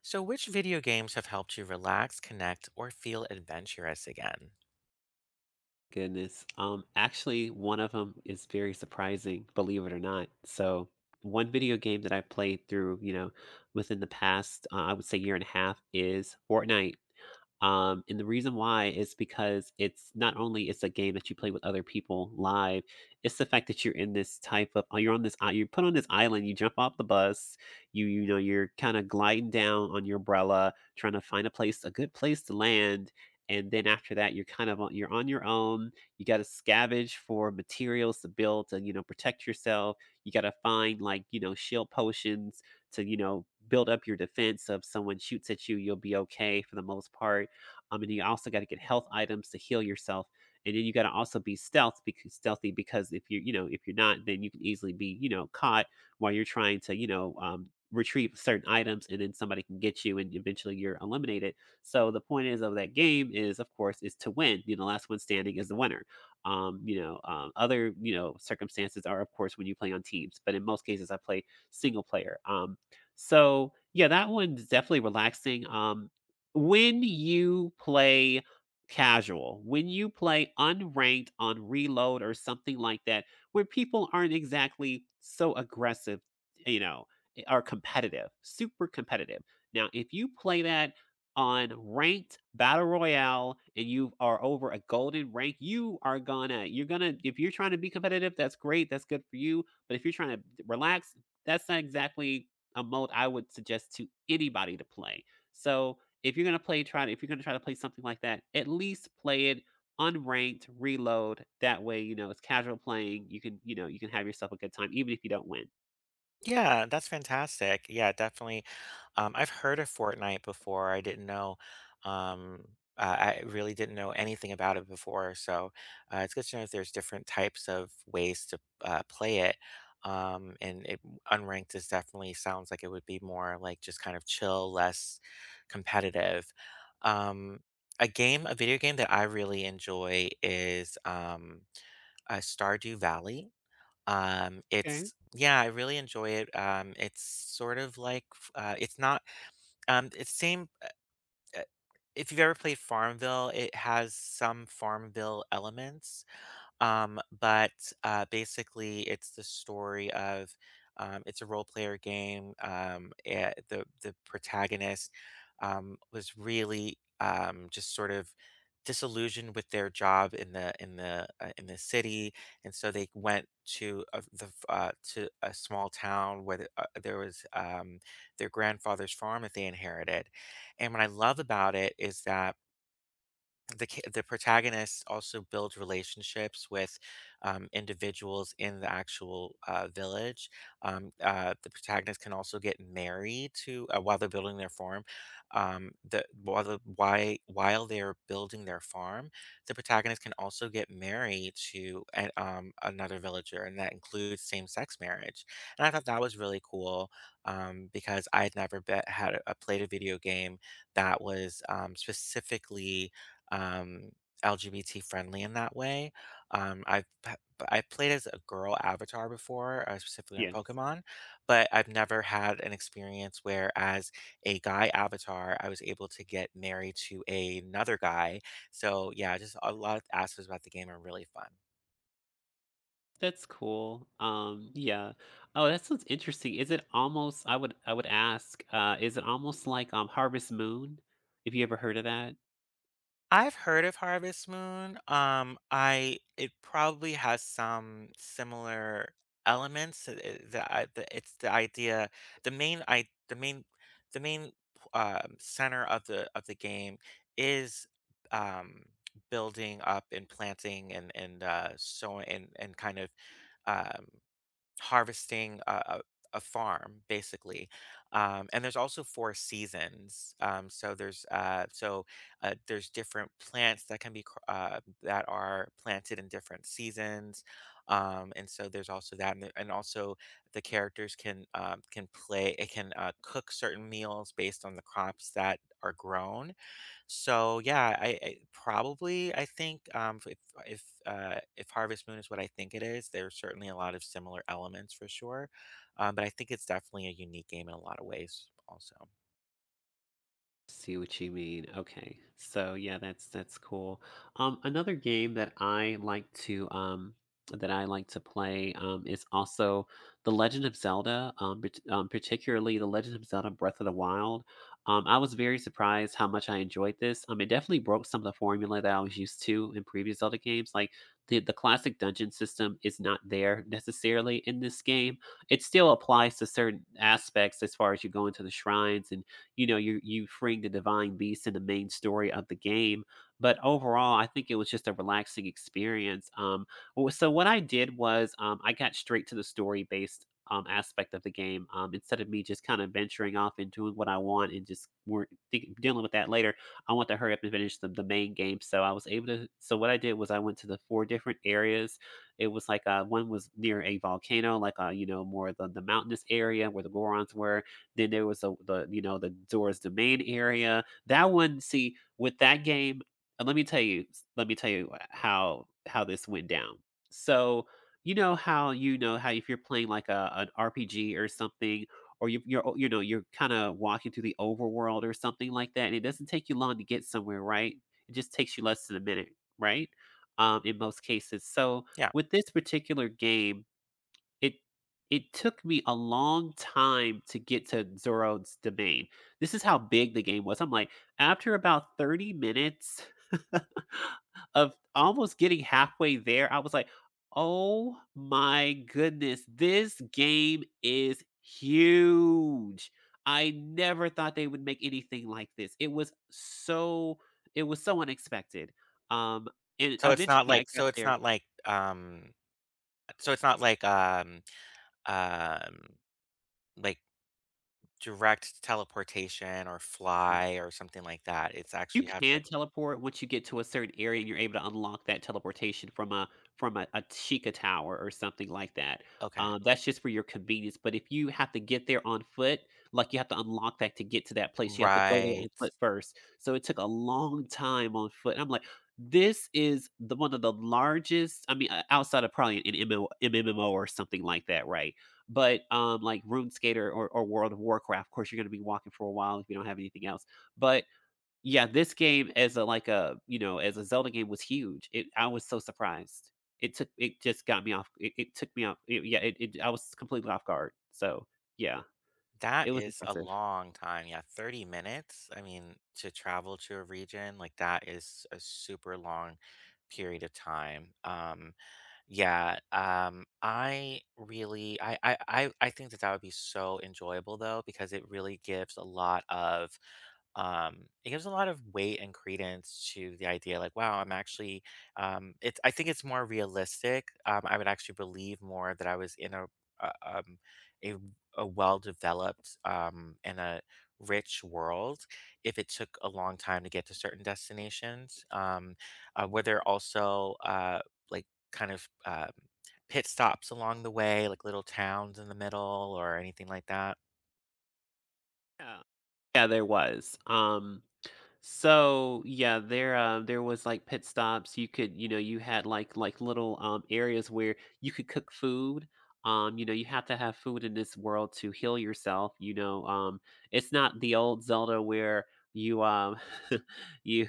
So, which video games have helped you relax, connect, or feel adventurous again? Goodness. Actually, one of them is very surprising, believe it or not. So, one video game that I played through, you know, within the past, I would say year and a half is Fortnite. And the reason why is because it's not only it's a game that you play with other people live, it's the fact that you're in this type of oh, you're on you're put on this island, you jump off the bus, you're kind of gliding down on your umbrella, trying to find a good place to land, and then after that you're on your own. You got to scavenge for materials to build to, you know, protect yourself. You got to find, like, you know, shield potions to, you know, build up your defense, so if someone shoots at you, you'll be okay for the most part. And you also got to get health items to heal yourself. And then you got to also be stealth because stealthy, because if you're, you know, if you're not, then you can easily be, you know, caught while you're trying to, retrieve certain items, and then somebody can get you and eventually you're eliminated. So the point is of that game is, of course, is to win. You know, last one standing is the winner. Other, you know, circumstances are, of course, when you play on teams, but in most cases, I play single player. So yeah, that one's definitely relaxing. When you play casual, when you play unranked on reload or something like that, where people aren't exactly so aggressive, you know, are competitive, super competitive. Now, if you play that on ranked battle royale and you are over a golden rank, you're gonna, if you're trying to be competitive, that's great, that's good for you. But if you're trying to relax, that's not exactly a mode I would suggest to anybody to play. So if you're gonna play try to if you're gonna try to play something like that, at least play it unranked, reload. That way, you know, it's casual playing. You can, you know, you can have yourself a good time, even if you don't win. Yeah, that's fantastic. Yeah, definitely. I've heard of Fortnite before. I didn't know. Um, I really didn't know anything about it before. So it's good to know if there's different types of ways to play it. Um, and it, Unranked is definitely sounds like it would be more like just kind of chill, less competitive. Um, a game, a video game that I really enjoy is Stardew Valley. Okay. It's yeah, I really enjoy it. It's sort of like f it's not, it's same, uh, if you've ever played Farmville, it has some Farmville elements, basically, it's the story of, it's a role player game, the protagonist, was really, just sort of disillusioned with their job in the city, and so they went to a f the f to a small town where there was, their grandfather's farm that they inherited, and what I love about it is that the protagonist also builds relationships with individuals in the actual village. The protagonist can also get married to while they're building their farm. The while the why while they're building their farm, the protagonist can also get married to another villager, and that includes same sex marriage. And I thought that was really cool because I had never played a video game that was specifically um, LGBT friendly in that way. Um, I've p- I've played as a girl avatar before, specifically on Yeah. Pokemon, but I've never had an experience where, as a guy avatar, I was able to get married to another guy. So yeah, just a lot of aspects about the game are really fun. That's cool. Yeah. Oh, that sounds interesting. Is it almost, I would, I would ask, is it almost like Harvest Moon? Have you ever heard of that? I've heard of Harvest Moon. I it probably has some similar elements. It's the idea, the main I the main center of the game is um, building up and planting and sowing and kind of um, harvesting a farm basically and there's also four seasons so there's different plants that can be that are planted in different seasons and so there's also that and also the characters can play it can cook certain meals based on the crops that are grown so yeah, I think if if Harvest Moon is what I think it is, there's certainly a lot of similar elements for sure, but I think it's definitely a unique game in a lot of ways. Also, See what you mean. Okay. So yeah, that's cool. Another game that I like to play is also The Legend of Zelda, particularly The Legend of Zelda Breath of the Wild. I was very surprised how much I enjoyed this. It definitely broke some of the formula that I was used to in previous Zelda games. Like, the classic dungeon system is not there necessarily in this game. It still applies to certain aspects as far as you go into the shrines and, you know, you freeing the divine beast in the main story of the game. But overall, I think it was just a relaxing experience. So what I did was, I got straight to the story based aspect of the game, instead of me just kind of venturing off and doing what I want and just dealing with that later. I want to hurry up and finish the main game. So I was able to. So what I did was I went to the four different areas. It was like, one was near a volcano, like, you know, more the mountainous area where the Gorons were. Then there was the, you know, the Doors Domain area. That one, see, with that game, and let me tell you, let me tell you, how this went down. So you know how if you're playing like a an RPG or something, or you're, you know, you're kind of walking through the overworld or something like that, and it doesn't take you long to get somewhere, right? It just takes you less than a minute, right? In most cases. So yeah. with this particular game, it it took me a long time to get to Zoro's domain. This is how big the game was. I'm like, after about 30 minutes of almost getting halfway there, I was like, "Oh my goodness, this game is huge." I never thought they would make anything like this. It was it was so unexpected. Um, and So it's not eventually I like got so it's there. not like so it's not like um like direct teleportation or fly or something like that. It's You actually have to. can teleport once you get to a certain area and you're able to unlock that teleportation from a a Sheikah tower or something like that. Okay. That's just for your convenience. But if you have to get there on foot, like, you have to unlock that to get to that place, you have to go there on Right. foot first. So it took a long time on foot. And I'm like, this is the one of the largest. I mean, outside of probably an MMO or something like that, right? But like RuneScape or World of Warcraft, of course, you're going to be walking for a while if you don't have anything else. But yeah, this game as a you know, as a Zelda game was huge. It, I was so surprised. It took it just got me off it, it took me off it, yeah, it I was completely off guard. So, yeah, it That was is a impressive. long time. Yeah, 30 minutes. I mean, to travel to a region, like that is a super long period of time. Yeah, I really, I think that that would be so enjoyable though, because it really gives a lot of, it gives a lot of weight and credence to the idea, like, wow, I'm actually, it's, I think it's more realistic. I would actually believe more that I was in a um, a, a well-developed, and a rich world if it took a long time to get to certain destinations, where they're also, like kind of, pit stops along the way, like little towns in the middle or anything like that? Yeah. Yeah, there was. So yeah, there, there was like pit stops. You could, you know, you had like little areas where you could cook food. You know, you have to have food in this world to heal yourself. You know, it's not the old Zelda where you you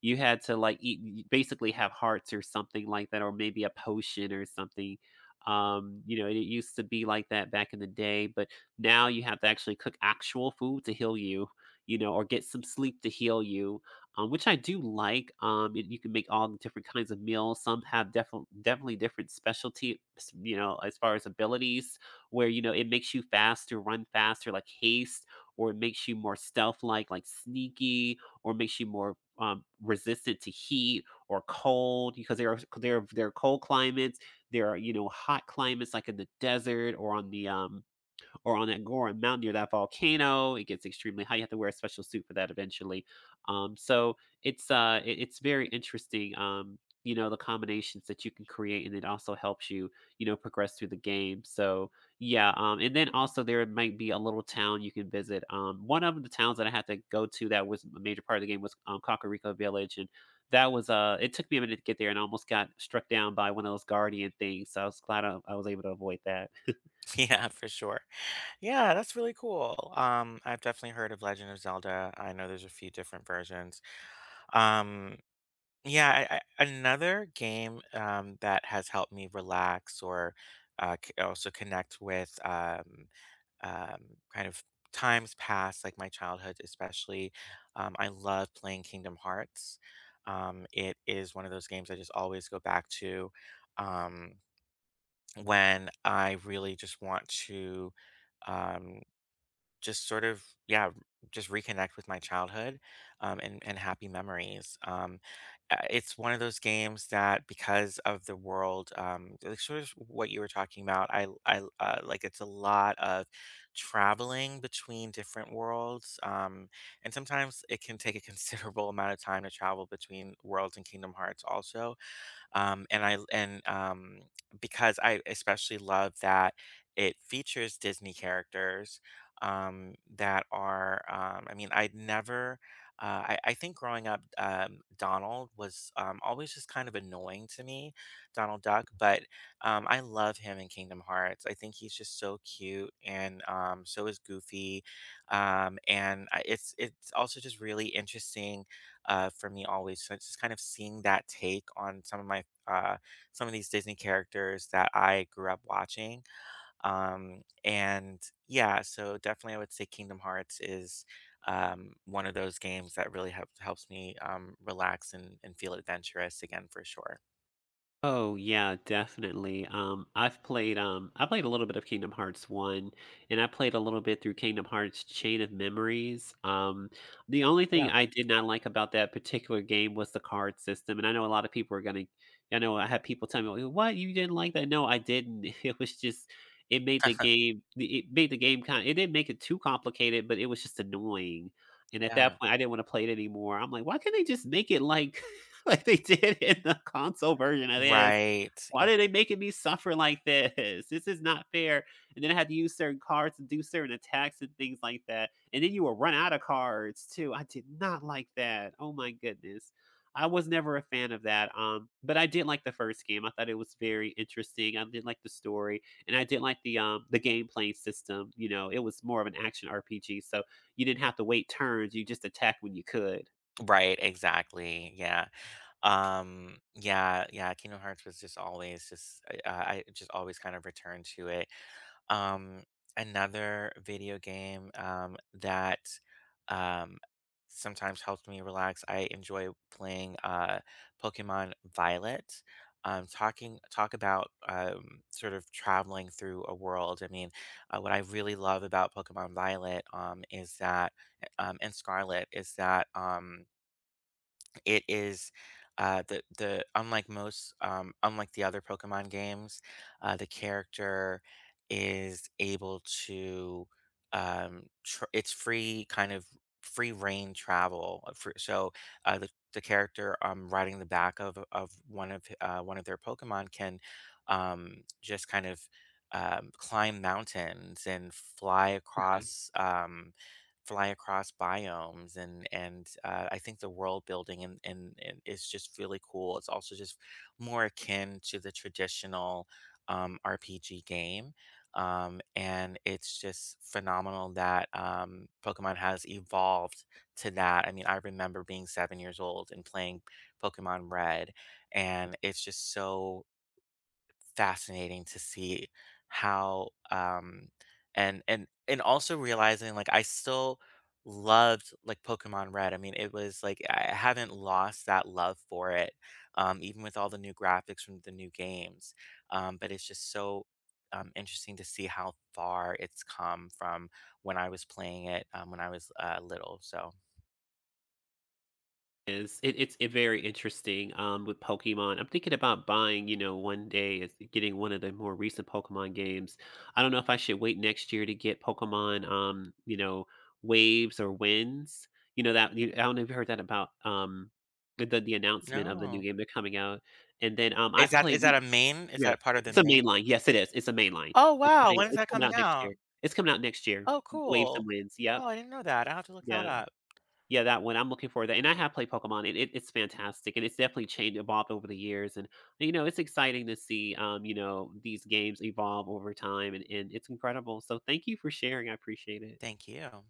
you had to like eat, you basically have hearts or something like that, or maybe a potion or something. You know, it used to be like that back in the day, but now you have to actually cook actual food to heal you, you know, or get some sleep to heal you, which I do like. And you can make all the different kinds of meals. Some have definitely different specialty, you know, as far as abilities, where, you know, it makes you faster, run faster, like haste, or it makes you more stealth-like, like sneaky, or makes you more, resistant to heat or cold, because there are cold climates. There are, you know, hot climates like in the desert or on the or on that Goron Mountain near that volcano. It gets extremely hot. You have to wear a special suit for that eventually. So it's, it's very interesting. You know, the combinations that you can create, and it also helps you, you know, progress through the game. So yeah, and then also there might be a little town you can visit. One of the towns that I had to go to that was a major part of the game was, Kakariko Village, and that was, it took me a minute to get there, and I almost got struck down by one of those guardian things, so I was glad, I was able to avoid that. Yeah, for sure. Yeah, that's really cool. I've definitely heard of Legend of Zelda. I know there's a few different versions. Um Yeah, another game that has helped me relax or also connect with um, kind of times past, like my childhood, especially. I love playing Kingdom Hearts. It is one of those games I just always go back to um, when I really just want to. Um, just sort of yeah just reconnect with my childhood and happy memories it's one of those games that because of the world like sort of what you were talking about I like it's a lot of traveling between different worlds and sometimes it can take a considerable amount of time to travel between worlds in Kingdom Hearts also and I and because I especially love that it features Disney characters that are. I mean, I'd never. I think growing up, Donald was always just kind of annoying to me, Donald Duck. But I love him in Kingdom Hearts. I think he's just so cute, and so is Goofy. It's also just really interesting for me always. So it's just kind of seeing that take on some of my some of these Disney characters that I grew up watching. And Yeah, so definitely I would say Kingdom Hearts is one of those games that really helps me relax and feel adventurous again for sure. Oh yeah, definitely. I've played, I played a little bit of Kingdom Hearts one, and I played a little bit through Kingdom Hearts Chain of Memories. The only thing Yeah. I did not like about that particular game was the card system, and I know a lot of people are gonna, I know I had people tell me, "Well, what you didn't like that?" No, I didn't. It was just, it made it made the game kind. It didn't make it too complicated, but it was just annoying. And at Yeah. that point, I didn't want to play it anymore. I'm like, why can't they just make it like like they did in the console version of this. Right. Why are they making me suffer like this? This is not fair. And then I had to use certain cards to do certain attacks and things like that. And then you will run out of cards too. I did not like that. Oh my goodness. I was never a fan of that. But I did like the first game. I thought it was very interesting. I did like the story, and I did like the gameplay system. You know, it was more of an action RPG, so you didn't have to wait turns. You just attack when you could. Right, exactly. Yeah. Yeah, yeah, Kingdom Hearts was just always just I just always kind of return to it. Um, Another video game that um sometimes helps me relax. I enjoy playing Pokemon Violet. Talk about sort of traveling through a world. I mean, what I really love about Pokemon Violet is that and Scarlet is that it is the unlike most unlike the other Pokemon games, the character is able to it's free kind of free reign travel. So uh, the the character riding the back of of one of their Pokemon can just kind of climb mountains and fly across. Fly across biomes and I think the world building and is just really cool. It's also just more akin to the traditional RPG game, and it's just phenomenal that Pokemon has evolved to that. I mean, I remember being 7 years old and playing Pokemon Red, and it's just so fascinating to see how and also realizing like I still loved like Pokemon Red. I mean, it was like I haven't lost that love for it, even with all the new graphics from the new games. But it's just so interesting to see how far it's come from when I was playing it when I was little. So Is it, it's it very interesting, with Pokemon. I'm thinking about buying, you know, one day, is getting one of the more recent Pokemon games. I don't know if I should wait next year to get Pokemon, you know, Waves or Winds, you know, that I don't know if you heard that about, the announcement of the new no, game they're coming out. And then I played, is that a main? Is yeah, that part of the it's a main? mainline, yes it is, it's a mainline. Oh It's a wow, main when is It's that coming coming out next year, out? it's coming out next year. Oh, Waves and cool. Winds, yep. Oh, I didn't know that. I'll have to look that Yeah, up. yeah, that one, I'm looking forward to that, and I have played Pokemon, and it, it's fantastic, and it's definitely changed, evolved over the years, and, you know, it's exciting to see, you know, these games evolve over time, and it's incredible, so thank you for sharing, I appreciate it. Thank you.